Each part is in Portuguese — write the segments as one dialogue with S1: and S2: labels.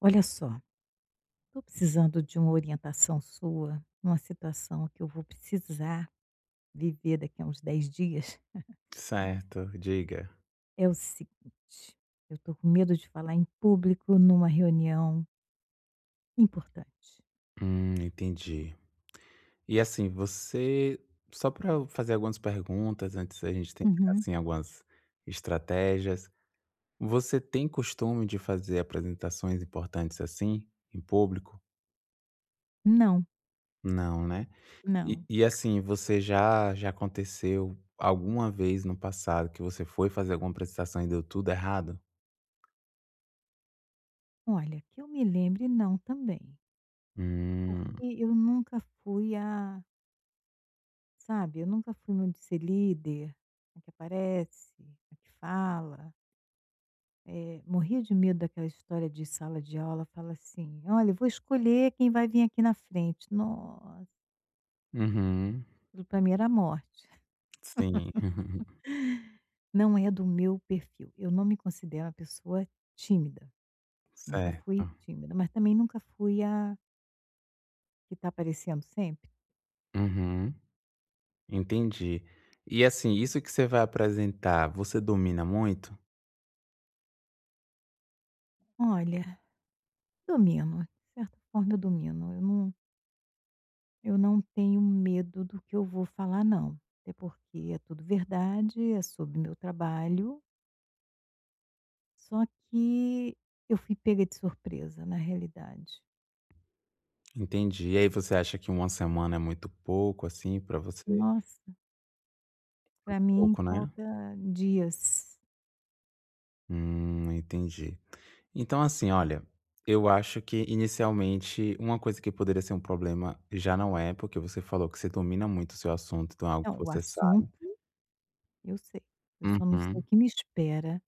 S1: Olha só, estou precisando de uma orientação sua numa situação que eu vou precisar viver daqui a uns 10 dias.
S2: Certo, diga.
S1: É o seguinte, eu estou com medo de falar em público numa reunião importante.
S2: Entendi. E assim, você só para fazer algumas perguntas antes da gente tentar
S1: Uhum.
S2: assim algumas estratégias. Você tem costume de fazer apresentações importantes assim em público?
S1: Não.
S2: Não, né? E,
S1: Não.
S2: e assim, você já aconteceu alguma vez no passado que você foi fazer alguma apresentação e deu tudo errado?
S1: Olha, que eu me lembre, não também.
S2: Hum,
S1: Porque eu nunca fui a, sabe, eu nunca fui muito de ser líder, a que aparece, a que fala. Morria de medo daquela história de sala de aula, fala assim: "Olha, eu vou escolher quem vai vir aqui na frente". Nossa,
S2: uhum,
S1: para mim era a morte.
S2: sim,
S1: Não é do meu perfil. Eu não me considero uma pessoa tímida, nunca fui
S2: certo,
S1: tímida, mas também nunca fui a que está aparecendo sempre.
S2: uhum. Entendi. E assim, isso que você vai apresentar, você domina muito?
S1: Olha, domino, de certa forma eu domino. Eu não tenho medo do que eu vou falar não, até porque é tudo verdade, é sobre o meu trabalho. Só que eu fui pega de surpresa, na realidade.
S2: Entendi. E aí você acha que uma semana é muito pouco, assim, pra você?
S1: Nossa, para mim
S2: Pouco, né?
S1: falta dias.
S2: Entendi. Então, assim, olha, eu acho que inicialmente uma coisa que poderia ser um problema já não é, porque você falou que você domina muito o seu assunto, então é algo que
S1: Não, o
S2: você
S1: assunto
S2: sabe.
S1: eu sei, eu só não sei o
S2: Uhum,
S1: que me espera.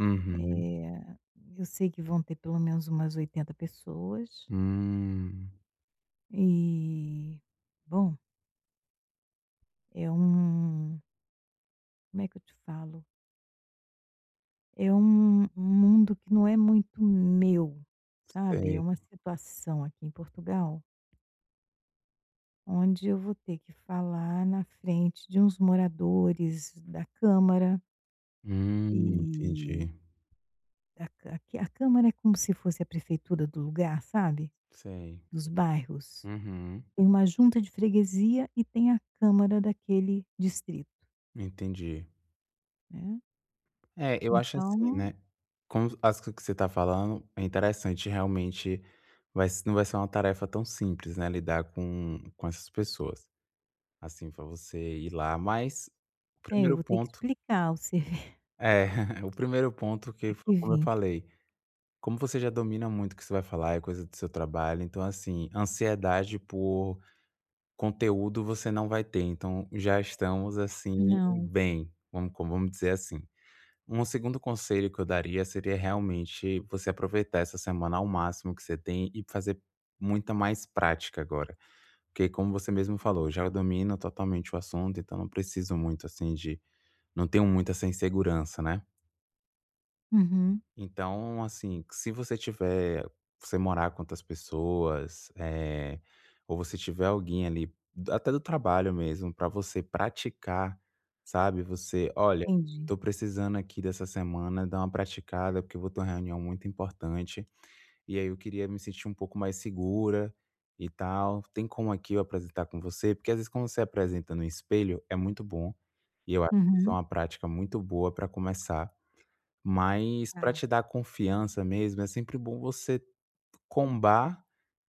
S2: uhum.
S1: Eh, eu sei que vão ter pelo menos umas 80 pessoas
S2: Hum,
S1: e, bom, é um, como é que eu te falo? É um mundo que não é muito meu, sabe, é
S2: sei.
S1: uma situação aqui em Portugal, onde eu vou ter que falar na frente de uns moradores da câmara, e
S2: Entendi.
S1: a ca aqui a câmara é como se fosse a prefeitura do lugar, sabe,
S2: Sei.
S1: dos bairros.
S2: Uhum,
S1: Tem uma junta de freguesia e tem a câmara daquele distrito,
S2: entendi.
S1: né.
S2: É, eu acho assim,
S1: Então,
S2: né, como as que você tá falando, é interessante realmente, vai se não vai ser uma tarefa tão simples, né, lidar com essas pessoas, assim, pra você ir lá, mas o
S1: é, eu
S2: primeiro
S1: vou ter que
S2: ponto
S1: explicar o serve
S2: é, o primeiro ponto
S1: a
S2: que foi
S1: que
S2: como eu
S1: vim.
S2: falei, como você já domina muito o que você vai falar, é coisa do seu trabalho, então assim, ansiedade por conteúdo você não vai ter, então já estamos, assim,
S1: Não.
S2: bem, vamos dizer assim. Um segundo conselho que eu daria seria realmente você aproveitar essa semana ao máximo que você tem e fazer muita mais prática agora. Porque como você mesmo falou, eu já domino totalmente o assunto, então não preciso muito assim de não tenho muita essa insegurança, né?
S1: Uhum.
S2: Então, assim, se você tiver você morar com outras pessoas, ou você tiver alguém ali, até do trabalho mesmo, para você praticar, sabe, você: "Olha,
S1: Entendi.
S2: tô precisando aqui dessa semana dar uma praticada, porque eu vou ter uma reunião muito importante, e aí eu queria me sentir um pouco mais segura e tal. Tem como aqui eu apresentar com você?" Porque às vezes quando você apresenta no espelho é muito bom, e eu acho que isso é
S1: Uhum.
S2: uma prática muito boa para começar. Mas para
S1: Tá.
S2: te dar confiança mesmo, é sempre bom você combar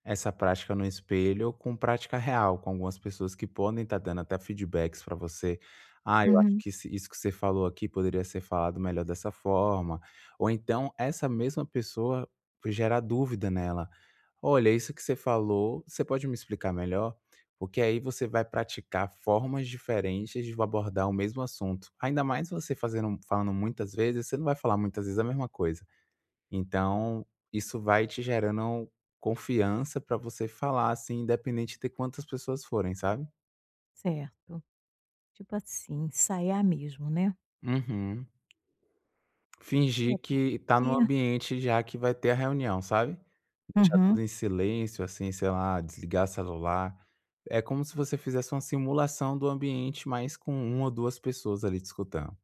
S2: essa prática no espelho com prática real, com algumas pessoas que podem estar dando até feedbacks para você. "Ah, eu acho
S1: Uhum.
S2: que esse isso que você falou aqui poderia ser falado melhor dessa forma", ou então essa mesma pessoa gerar dúvida nela. Olha, isso que você falou, você pode me explicar melhor? Porque aí você vai praticar formas diferentes de abordar o mesmo assunto. Ainda mais você fazendo, falando muitas vezes, você não vai falar muitas vezes a mesma coisa. Então, isso vai te gerando confiança para você falar assim, independente de quantas pessoas forem, sabe?
S1: Certo. Tipo assim, ensaiar mesmo, né.
S2: Uhum.
S1: É,
S2: Fingir que tá num
S1: porque
S2: ambiente já que vai ter a reunião, sabe? Deixar
S1: uhum.
S2: tudo em silêncio, assim, sei lá, desligar celular. É como se você fizesse uma simulação do ambiente, mas com uma ou duas pessoas ali te escutando.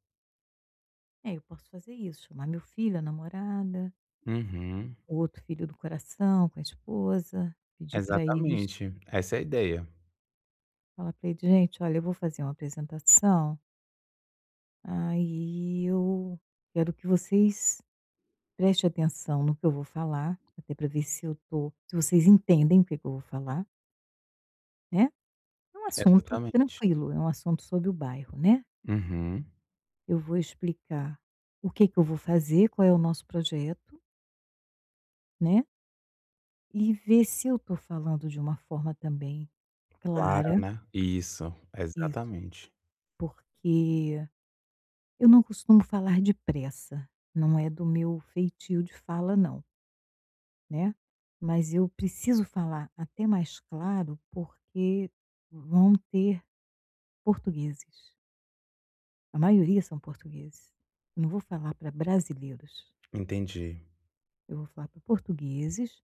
S1: É, eu posso fazer isso, chamar meu filho, a namorada,
S2: Uhum.
S1: o outro filho do coração com a esposa, pedir para eles,
S2: Exatamente, essa é a ideia.
S1: falar para eles: "Gente, olha, eu vou fazer uma apresentação, aí eu quero que vocês prestem atenção no que eu vou falar, até para ver se eu tô, se vocês entendem o que que eu vou falar, né". É um assunto
S2: Exatamente.
S1: tranquilo, é um assunto sobre o bairro, né.
S2: Uhum.
S1: Eu vou explicar o que que eu vou fazer, qual é o nosso projeto, né, e ver se eu estou falando de uma forma também
S2: Claro,
S1: clara,
S2: né? Isso,
S1: isso,
S2: exatamente.
S1: porque eu não costumo falar depressa, não é do meu feitio de fala não, né, mas eu preciso falar até mais claro, porque vão ter portugueses, a maioria são portugueses. Eu não vou falar para brasileiros,
S2: Entendi.
S1: eu vou falar para portugueses,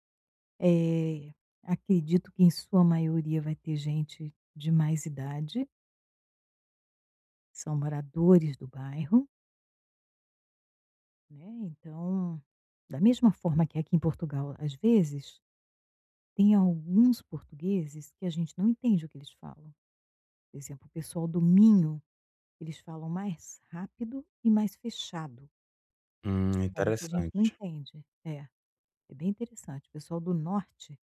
S1: eh, acredito que em sua maioria vai ter gente de mais idade, são moradores do bairro, né, então da mesma forma que aqui em Portugal, às vezes, tem alguns portugueses que a gente não entende o que eles falam. Por exemplo, o pessoal do Minho, eles falam mais rápido e mais fechado, na hora que a gente não
S2: Interessante.
S1: entende. É, é bem interessante. O pessoal do Norte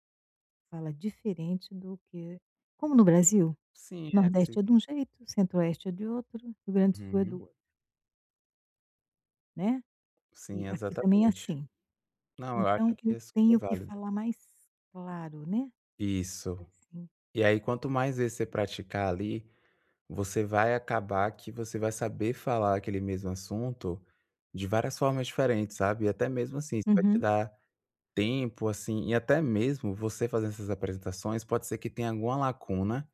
S1: fala diferente do que, como no Brasil,
S2: Sim, é se
S1: Nordeste é de um jeito, Centro-Oeste é de outro, Rio Grande do Sul é
S2: uhum.
S1: do outro, né.
S2: Sim,
S1: E aqui também é
S2: exatamente.
S1: assim.
S2: Não, eu acho
S1: Então
S2: que
S1: eu
S2: é super
S1: tenho que
S2: válido.
S1: falar mais claro, né,
S2: Isso.
S1: assim.
S2: E aí, quanto mais vezes você praticar ali, você vai acabar que você vai saber falar aquele mesmo assunto de várias formas diferentes, sabe? E até mesmo assim, isso vai te
S1: Uhum,
S2: dar tempo, assim, e até mesmo você fazendo essas apresentações, pode ser que tenha alguma lacuna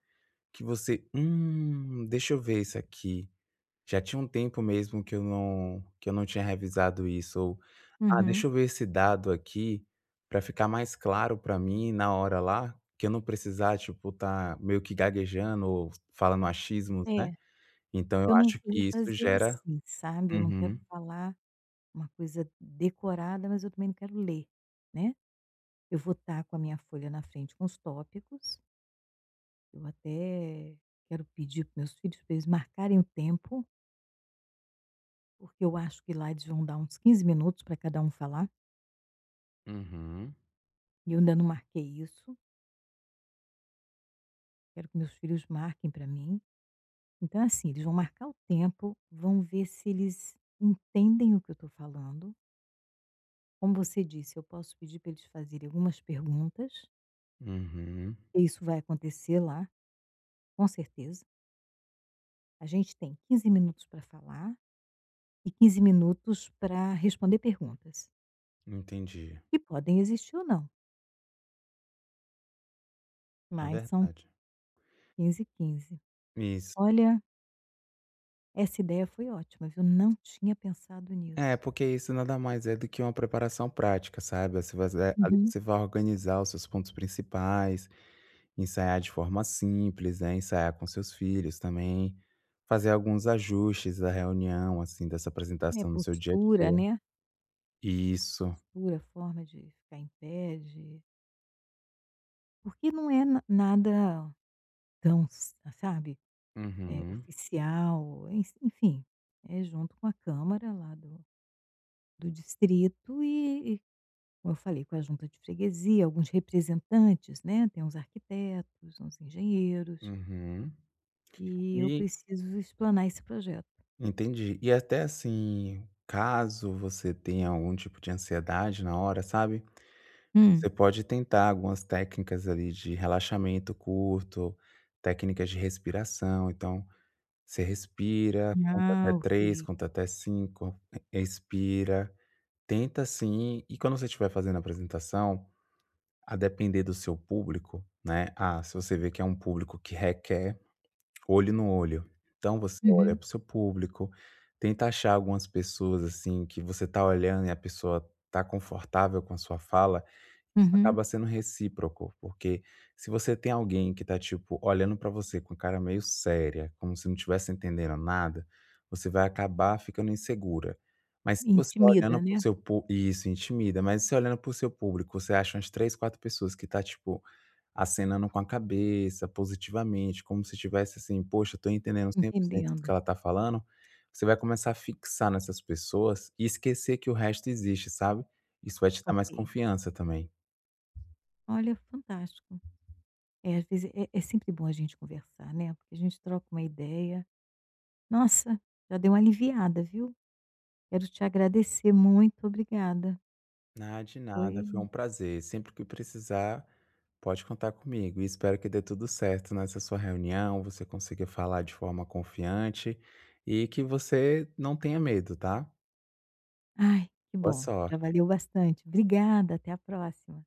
S2: que você, deixa eu ver isso aqui. Já tinha um tempo mesmo que eu não tinha revisado isso ou: "Ah,
S1: uhum.
S2: deixa eu ver esse dado aqui, para ficar mais claro para mim na hora lá, que eu não precisar, tipo, tá meio que gaguejando ou falando achismos", né.
S1: É.
S2: Então eu
S1: Eu não
S2: acho
S1: vou
S2: que isso
S1: fazer
S2: gera
S1: assim, sabe, eu não quero
S2: uhum,
S1: falar uma coisa decorada, mas eu também não quero ler, né. Eu vou estar com a minha folha na frente com os tópicos, eu até quero pedir para meus filhos para eles marcarem o tempo, porque eu acho que lá eles vão dar uns 15 minutos para cada um falar,
S2: uhum,
S1: e eu ainda não marquei isso, quero que meus filhos marquem para mim. Então, assim, eles vão marcar o tempo, vão ver se eles entendem o que eu estou falando. Como você disse, eu posso pedir para eles fazerem algumas perguntas.
S2: uhum.
S1: Isso vai acontecer lá, com certeza. A gente tem 15 minutos para falar e 15 minutos para responder perguntas,
S2: Entendi.
S1: que podem existir ou não,
S2: É
S1: mas são
S2: verdade.
S1: 15 e 15.
S2: Isso.
S1: Olha, essa ideia foi ótima, viu, não tinha pensado
S2: É,
S1: nisso.
S2: porque isso nada mais é do que uma preparação prática, sabe. Você vai é, ali
S1: Uhum.
S2: você vai organizar os seus pontos principais. Ensaiar de forma simples, né, ensaiar com seus filhos também, fazer alguns ajustes da reunião, assim, dessa
S1: É
S2: apresentação no seu dia a
S1: postura,
S2: dia.
S1: né,
S2: Isso.
S1: postura, forma de ficar em pé, de, porque não é na nada tão s sabe,
S2: Uhum,
S1: oficial, enfim, é junto com a câmara lá do distrito e, como eu falei, com a junta de freguesia, alguns representantes, né, tem uns arquitetos, uns engenheiros,
S2: uhum.
S1: e eu
S2: E
S1: preciso explanar esse projeto.
S2: entendi. E até, assim, caso você tenha algum tipo de ansiedade na hora, sabe,
S1: Hum.
S2: você pode tentar algumas técnicas ali de relaxamento curto, técnicas de respiração, então você respira, conta até
S1: Ah,
S2: 3,
S1: ok.
S2: conta até 5, expira. Tenta sim, e quando você estiver fazendo a apresentação, a depender do seu público, né, se você vê que é um público que requer olho no olho, então você olha
S1: Uhum,
S2: para o seu público, tenta achar algumas pessoas, assim, que você tá olhando e a pessoa tá confortável com a sua fala, isso
S1: uhum.
S2: acaba sendo recíproco, porque se você tem alguém que tá, tipo, olhando pra você com cara meio séria, como se não tivesse entendendo nada, você vai acabar ficando insegura. Mas se você olhando
S1: Intimida,
S2: para o
S1: né,
S2: seu pú isso, intimida, mas se olhando para o seu público, você acha umas 3, 4 pessoas que tá, tipo, acenando com a cabeça positivamente, como se tivesse assim: "Poxa, tô entendendo 100% do que
S1: entendendo.
S2: ela tá falando", você vai começar a fixar nessas pessoas e esquecer que o resto existe, sabe. Isso vai te dar mais
S1: Ok.
S2: confiança também.
S1: Olha, fantástico. É, às vezes é sempre bom a gente conversar, né, porque a gente troca uma ideia. Nossa, já deu uma aliviada, viu. Quero te agradecer, muito obrigada.
S2: Ah, de nada,
S1: Foi
S2: foi um prazer. Sempre que precisar, pode contar comigo. E espero que dê tudo certo nessa sua reunião, você consiga falar de forma confiante e que você não tenha medo, tá?
S1: ai, que
S2: Boa
S1: bom, já
S2: sorte.
S1: valeu bastante. Obrigada, até a próxima.